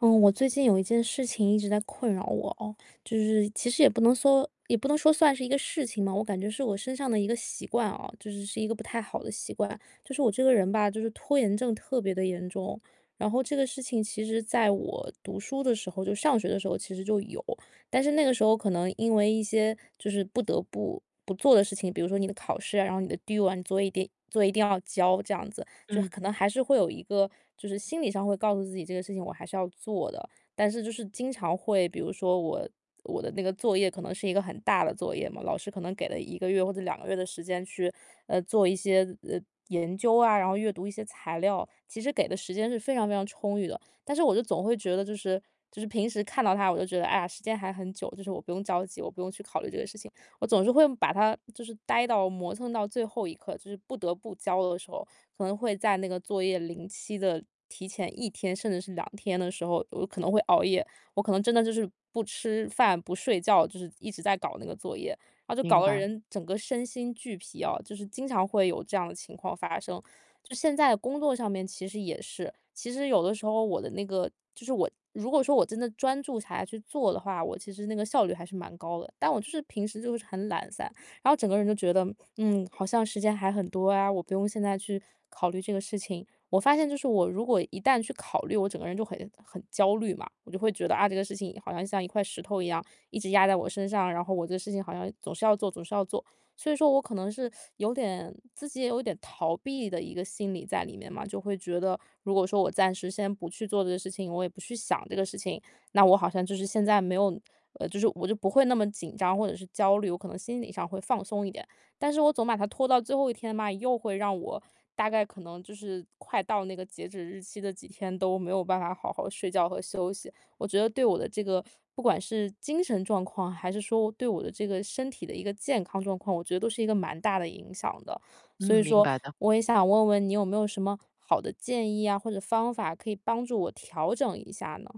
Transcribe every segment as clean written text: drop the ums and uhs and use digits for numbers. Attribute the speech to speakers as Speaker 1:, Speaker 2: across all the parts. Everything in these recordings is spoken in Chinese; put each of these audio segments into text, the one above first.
Speaker 1: 嗯，我最近有一件事情一直在困扰我哦，就是其实也不能说，也不能说算是一个事情嘛，我感觉是我身上的一个习惯哦，就是一个不太好的习惯，就是我这个人吧，就是拖延症特别的严重。然后这个事情其实在我读书的时候，就上学的时候其实就有，但是那个时候可能因为一些就是不得不做的事情，比如说你的考试啊，然后你的 due 啊，你作业一定要交这样子，就
Speaker 2: 嗯，
Speaker 1: 可能还是会有一个，就是心理上会告诉自己这个事情我还是要做的，但是就是经常会，比如说我的那个作业可能是一个很大的作业嘛，老师可能给了一个月或者两个月的时间去，做一些，呃，研究啊，然后阅读一些材料，其实给的时间是非常非常充裕的，但是我就总会觉得就是平时看到它我就觉得，哎呀，时间还很久，就是我不用着急，我不用去考虑这个事情，我总是会把它就是磨蹭到最后一刻，就是不得不交的时候，可能会在那个作业临期的提前一天，甚至是两天的时候，我可能会熬夜。我可能真的就是不吃饭、不睡觉，就是一直在搞那个作业，然后就
Speaker 2: 明
Speaker 1: 搞得
Speaker 2: 白。
Speaker 1: 人整个身心俱疲啊，就是经常会有这样的情况发生。就现在工作上面其实也是，其实有的时候我的那个就是我如果说我真的专注下来去做的话，我其实那个效率还是蛮高的，但我就是平时就是很懒散，然后整个人就觉得嗯，好像时间还很多啊，我不用现在去考虑这个事情。我发现就是我如果一旦去考虑，我整个人就很焦虑嘛，我就会觉得啊，这个事情好像像一块石头一样，一直压在我身上，然后我这个事情好像总是要做，总是要做。所以说我可能是有点自己也有点逃避的一个心理在里面嘛，就会觉得如果说我暂时先不去做这个事情，我也不去想这个事情，那我好像就是现在没有，就是我就不会那么紧张或者是焦虑，我可能心理上会放松一点。但是我总把它拖到最后一天嘛，又会让我大概可能就是快到那个截止日期的几天都没有办法好好睡觉和休息。我觉得对我的这个不管是精神状况，还是说对我的这个身体的一个健康状况，我觉得都是一个蛮大的影响的。所
Speaker 2: 嗯，
Speaker 1: 以
Speaker 2: 明
Speaker 1: 说，
Speaker 2: 白的。
Speaker 1: 我也想问问你有没有什么好的建议啊，或者方法可以帮助我调整一下呢？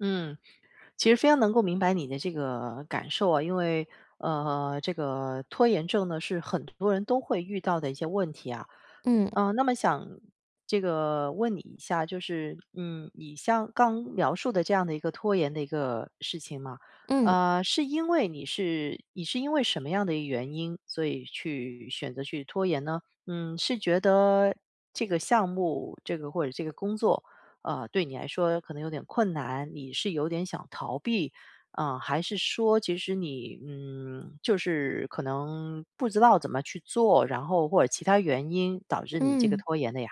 Speaker 2: 嗯，其实非常能够明白你的这个感受啊，因为这个拖延症呢是很多人都会遇到的一些问题啊。
Speaker 1: 嗯
Speaker 2: 那么想这个问你一下，就是你像刚描述的这样的一个拖延的一个事情嘛。
Speaker 1: 嗯。
Speaker 2: 是因为你是因为什么样的一个原因，所以去选择去拖延呢？是觉得这个项目，这个或者这个工作。对你来说可能有点困难，你是有点想逃避，啊，还是说其实你，就是可能不知道怎么去做，然后或者其他原因导致你这个
Speaker 1: 嗯嗯。
Speaker 2: 拖延的呀？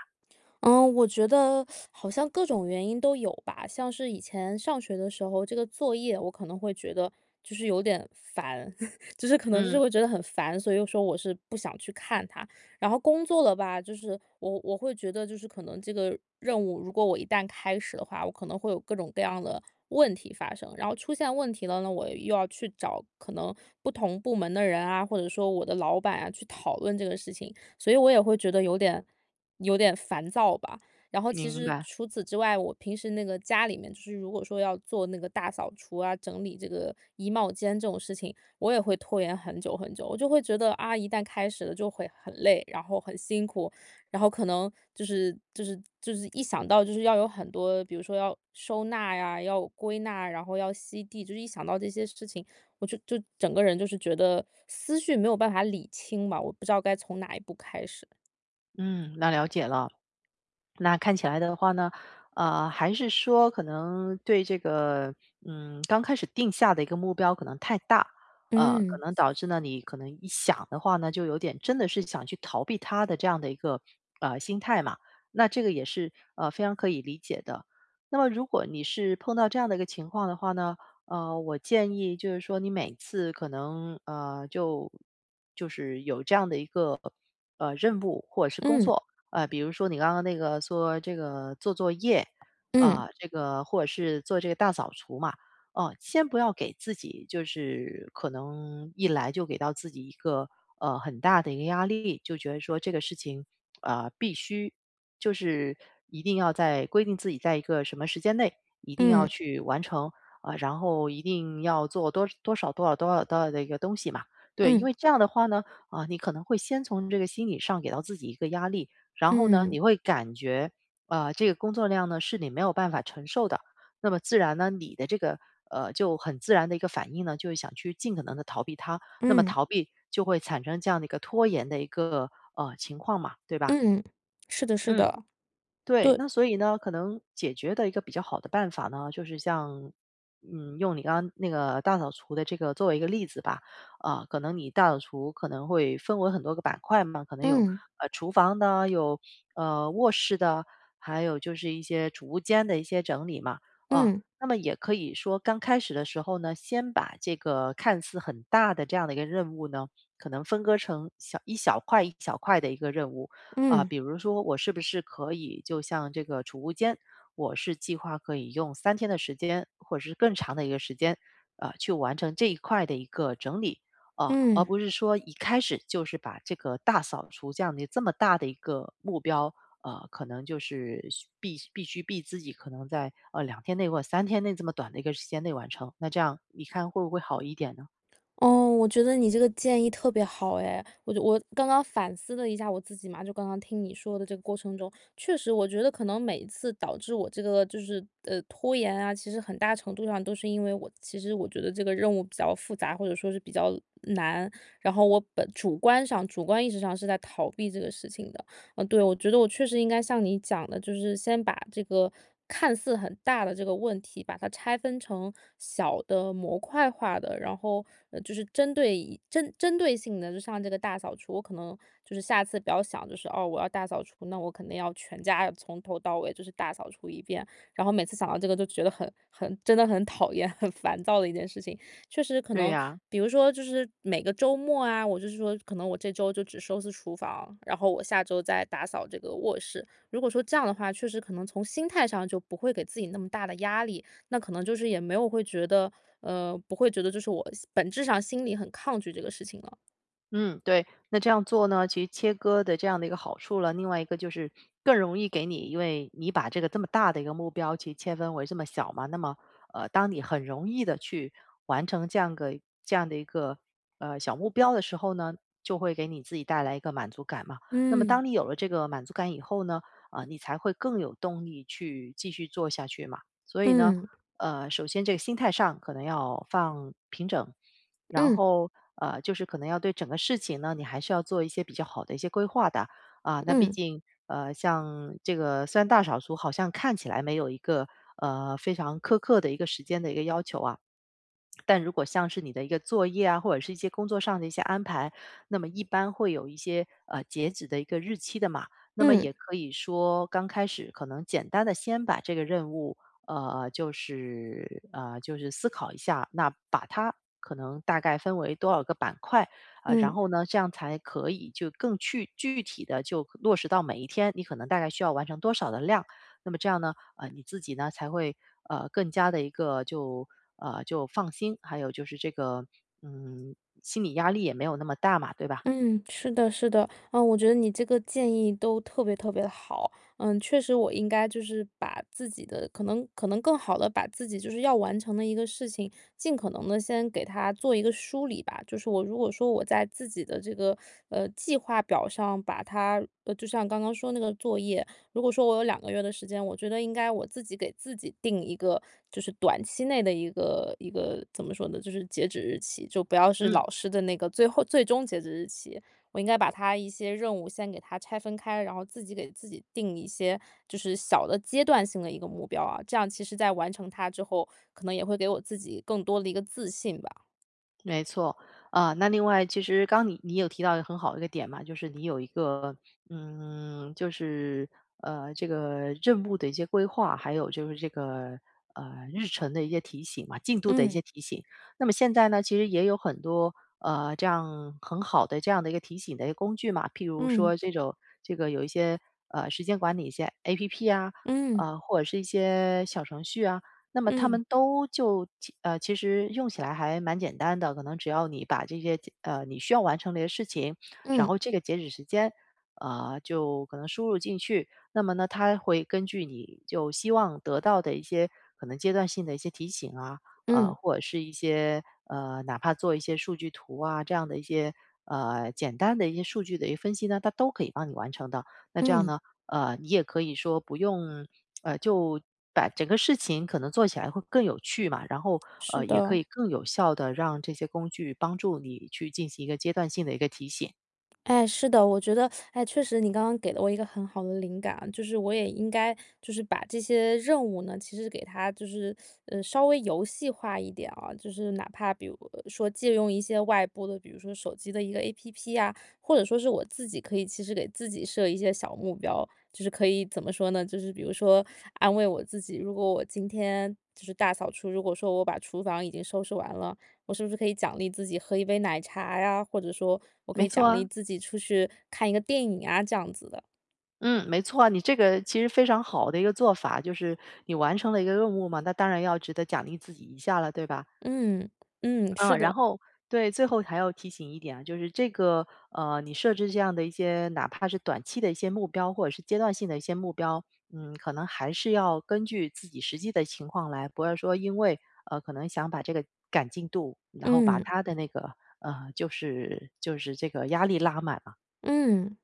Speaker 1: 嗯，我觉得好像各种原因都有吧。像是以前上学的时候，这个作业我可能会觉得就是有点烦，可能
Speaker 2: 嗯，
Speaker 1: 会觉得很烦，所以说我是不想去看它。然后工作了吧，就是我会觉得就是可能这个任务，如果我一旦开始的话，我可能会有各种各样的问题发生。然后出现问题了呢，我又要去找可能不同部门的人啊，或者说我的老板啊去讨论这个事情。所以我也会觉得有点烦躁吧。然后其
Speaker 2: 明
Speaker 1: 实
Speaker 2: 白。
Speaker 1: 除此之外，我平时那个家里面，就是如果说要做那个大扫除啊，整理这个衣帽间这种事情，我也会拖延很久很久。我就会觉得啊，一旦开始了就会很累，然后很辛苦，然后可能就是一想到就是要有很多，比如说要收纳呀，要归纳，然后要吸地，就是一想到这些事情，我整个人就是觉得思绪没有办法理清吧，我不知道该从哪一步开始。
Speaker 2: 嗯，那了解了。那看起来的话呢，还是说可能对这个，刚开始定下的一个目标可能太大。可
Speaker 1: 嗯
Speaker 2: 能导致呢你可能一想的话呢，就有点真的是想去逃避它的这样的一个心态嘛。那这个也是非常可以理解的。那么如果你是碰到这样的一个情况的话呢，我建议就是说你每次可能就是有这样的一个任务或者是工
Speaker 1: 嗯
Speaker 2: 作。比如说你刚刚那个说这个做作业，
Speaker 1: 嗯
Speaker 2: 啊、这个或者是做这个大扫除嘛。哦、先不要给自己就是可能一来就给到自己一个很大的一个压力，就觉得说这个事情啊、必须就是一定要在规定自己在一个什么时间内一定要
Speaker 1: 嗯
Speaker 2: 去完成啊、然后一定要做多多少多少多少多少的一个东西嘛。对，因
Speaker 1: 嗯
Speaker 2: 为这样的话呢，啊、你可能会先从这个心理上给到自己一个压力，然后呢，
Speaker 1: 嗯
Speaker 2: 你会感觉，这个工作量呢是你没有办法承受的。那么自然呢，你的这个就很自然的一个反应呢，就是想去尽可能的逃避它，那么
Speaker 1: 嗯
Speaker 2: 逃避就会产生这样的一个拖延的一个情况嘛，对吧？
Speaker 1: 嗯，是的，是
Speaker 2: 嗯。
Speaker 1: 的，
Speaker 2: 对，
Speaker 1: 对，
Speaker 2: 那所以呢，可能解决的一个比较好的办法呢，就是像，用你刚刚那个大扫除的这个作为一个例子吧。啊，可能你大扫除可能会分为很多个板块嘛，可能有
Speaker 1: 嗯
Speaker 2: 厨房的，有卧室的，还有就是一些储物间的一些整理嘛，啊，
Speaker 1: 嗯
Speaker 2: 那么也可以说刚开始的时候呢，先把这个看似很大的这样的一个任务呢，可能分割成一小块一小块的一个任务。啊、
Speaker 1: 嗯
Speaker 2: 比如说我是不是可以就像这个储物间，我是计划可以用三天的时间，或者是更长的一个时间，啊、去完成这一块的一个整理，啊、而
Speaker 1: 嗯。
Speaker 2: 不是说一开始就是把这个大扫除这样的这么大的一个目标。可能就是必须逼自己，可能在2天内或三天内这么短的一个时间内完成，那这样你看会不会好一点呢？
Speaker 1: 哦，我觉得你这个建议特别好哎，我刚刚反思了一下我自己嘛，就刚刚听你说的这个过程中，确实我觉得可能每一次导致我这个就是拖延啊，其实很大程度上都是因为我其实我觉得这个任务比较复杂，或者说是比较难，然后我本主观上主观意识上是在逃避这个事情的。呃，对，我觉得我确实应该像你讲的，就是先把这个看似很大的这个问题，把它拆分成小的模块化的，然后就是针对性的，就像这个大扫除，我可能就是下次不要想，就是哦，我要大扫除，那我肯定要全家从头到尾就是大扫除一遍，然后每次想到这个就觉得真的很讨厌、很烦躁的一件事情，确实可
Speaker 2: 对
Speaker 1: 能，
Speaker 2: 呀、
Speaker 1: 比如说就是每个周末啊，我就是说可能我这周就只收拾厨房，然后我下周再打扫这个卧室。如果说这样的话，确实可能从心态上就不会给自己那么大的压力，那可能就是也没有会觉得，不会觉得就是我本质上心里很抗拒这个事情了。
Speaker 2: 嗯，对，那这样做呢，其实切割的这样的一个好处了，另外一个就是更容易给你，因为你把这个这么大的一个目标，其实切分为这么小嘛，那么当你很容易的去完成这样的一个小目标的时候呢，就会给你自己带来一个满足感嘛。那么
Speaker 1: 嗯
Speaker 2: 当你有了这个满足感以后呢，啊、你才会更有动力去继续做下去嘛。所以呢，
Speaker 1: 嗯
Speaker 2: 首先这个心态上可能要放平整。然
Speaker 1: 嗯
Speaker 2: 后就是可能要对整个事情呢，你还是要做一些比较好的一些规划的啊。那毕
Speaker 1: 嗯
Speaker 2: 竟像这个虽然大扫除好像看起来没有一个非常苛刻的一个时间的一个要求啊，但如果像是你的一个作业啊，或者是一些工作上的一些安排，那么一般会有一些截止的一个日期的嘛。那么
Speaker 1: 嗯
Speaker 2: 也可以说，刚开始可能简单的先把这个任务就是思考一下，那把它可能大概分为多少个板块啊、然
Speaker 1: 嗯。
Speaker 2: 后呢，这样才可以就更去具体的就落实到每一天，你可能大概需要完成多少的量。那么这样呢，你自己呢才会更加的一个就放心，还有就是这个嗯心理压力也没有那么大嘛，对吧？
Speaker 1: 嗯，是的，是的，嗯，我觉得你这个建议都特别特别好，嗯，确实我应该就是把自己的可能更好的把自己就是要完成的一个事情，尽可能的先给它做一个梳理吧。就是我如果说我在自己的这个，计划表上把它就像刚刚说那个作业，如果说我有两个月的时间，我觉得应该我自己给自己定一个，就是短期内的一个怎么说呢，就是截止日期，就不要是
Speaker 2: 嗯。
Speaker 1: 老师的那个最终截止日期。我应该把它一些任务先给它拆分开，然后自己给自己定一些就是小的阶段性的一个目标啊，这样其实在完成它之后，可能也会给我自己更多的一个自信吧。
Speaker 2: 没错，啊，那另外其实刚你有提到一个很好的一个点嘛，就是你有一个就是这个任务的一些规划，还有就是这个日程的一些提醒嘛，进度的一
Speaker 1: 嗯，
Speaker 2: 些提醒。那么现在呢，其实也有很多这样很好的这样的一个提醒的一个工具嘛，譬如
Speaker 1: 嗯，
Speaker 2: 说这种这个有一些时间管理一些 APP 啊，
Speaker 1: 嗯，
Speaker 2: 或者是一些小程序啊，那么他
Speaker 1: 嗯，
Speaker 2: 们都就其实用起来还蛮简单的，可能只要你把这些你需要完成的一些事情，然
Speaker 1: 嗯，
Speaker 2: 后这个截止时间，就可能输入进去。那么呢，它会根据你就希望得到的一些可能阶段性的一些提醒啊，
Speaker 1: 嗯，
Speaker 2: 或者是一些哪怕做一些数据图啊，这样的一些简单的一些数据的一个分析呢，它都可以帮你完成的。那这样
Speaker 1: 嗯，
Speaker 2: 呢，你也可以说不用就把整个事情可能做起来会更有趣嘛，然后
Speaker 1: 是
Speaker 2: 也可
Speaker 1: 的。
Speaker 2: 以更有效的让这些工具帮助你去进行一个阶段性的一个提醒。
Speaker 1: 哎，是的，我觉得，哎，确实你刚刚给了我一个很好的灵感啊，就是我也应该就是把这些任务呢，其实给它就是，稍微游戏化一点啊，就是哪怕比如说借用一些外部的，比如说手机的一个 APP 啊，或者说是我自己可以其实给自己设一些小目标，就是可以怎么说呢？就是比如说安慰我自己，如果我今天就是大扫除，如果说我把厨房已经收拾完了。我是不是可以奖励自己喝一杯奶茶呀，或者说我可
Speaker 2: 没
Speaker 1: 以
Speaker 2: 错
Speaker 1: 奖励
Speaker 2: 啊，
Speaker 1: 自己出去看一个电影啊，这样子的。
Speaker 2: 嗯，没错啊，你这个其实非常好的一个做法，就是你完成了一个任务嘛，那当然要值得奖励自己一下了，对吧？
Speaker 1: 嗯，嗯，是
Speaker 2: 嗯，然
Speaker 1: 的，
Speaker 2: 后对，最后还要提醒一点啊，就是这个你设置这样的一些哪怕是短期的一些目标，或者是阶段性的一些目标，可能还是要根据自己实际的情况来。不要说因为可能想把这个赶进度，然后把
Speaker 1: 嗯。
Speaker 2: 他的那个就是这个压力拉满嘛。
Speaker 1: 嗯，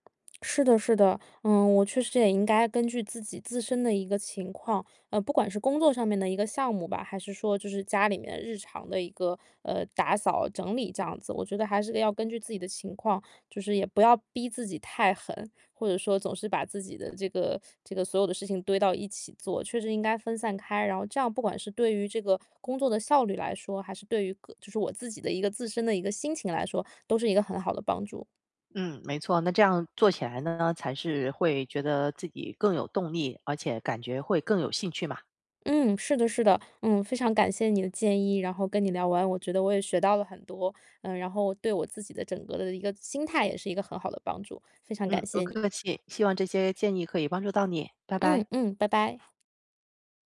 Speaker 1: 是的，是的，嗯，我确实也应该根据自己自身的一个情况，不管是工作上面的一个项目吧，还是说就是家里面日常的一个打扫整理这样子，我觉得还是要根据自己的情况，就是也不要逼自己太狠，或者说总是把自己的这个所有的事情堆到一起做，确实应该分散开，然后这样不管是对于这个工作的效率来说，还是对于个就是我自己的一个自身的一个心情来说，都是一个很好的帮助。
Speaker 2: 嗯，没错，那这样做起来呢，才是会觉得自己更有动力，而且感觉会更有兴趣嘛。
Speaker 1: 嗯，是的，是的，嗯，非常感谢你的建议，然后跟你聊完，我觉得我也学到了很多，嗯，然后对我自己的整个的一个心态也是一个很好的帮助，非常感
Speaker 2: 嗯，不
Speaker 1: 谢你，
Speaker 2: 客气，希望这些建议可以帮助到你，拜
Speaker 1: 嗯
Speaker 2: 拜。
Speaker 1: 嗯，拜拜。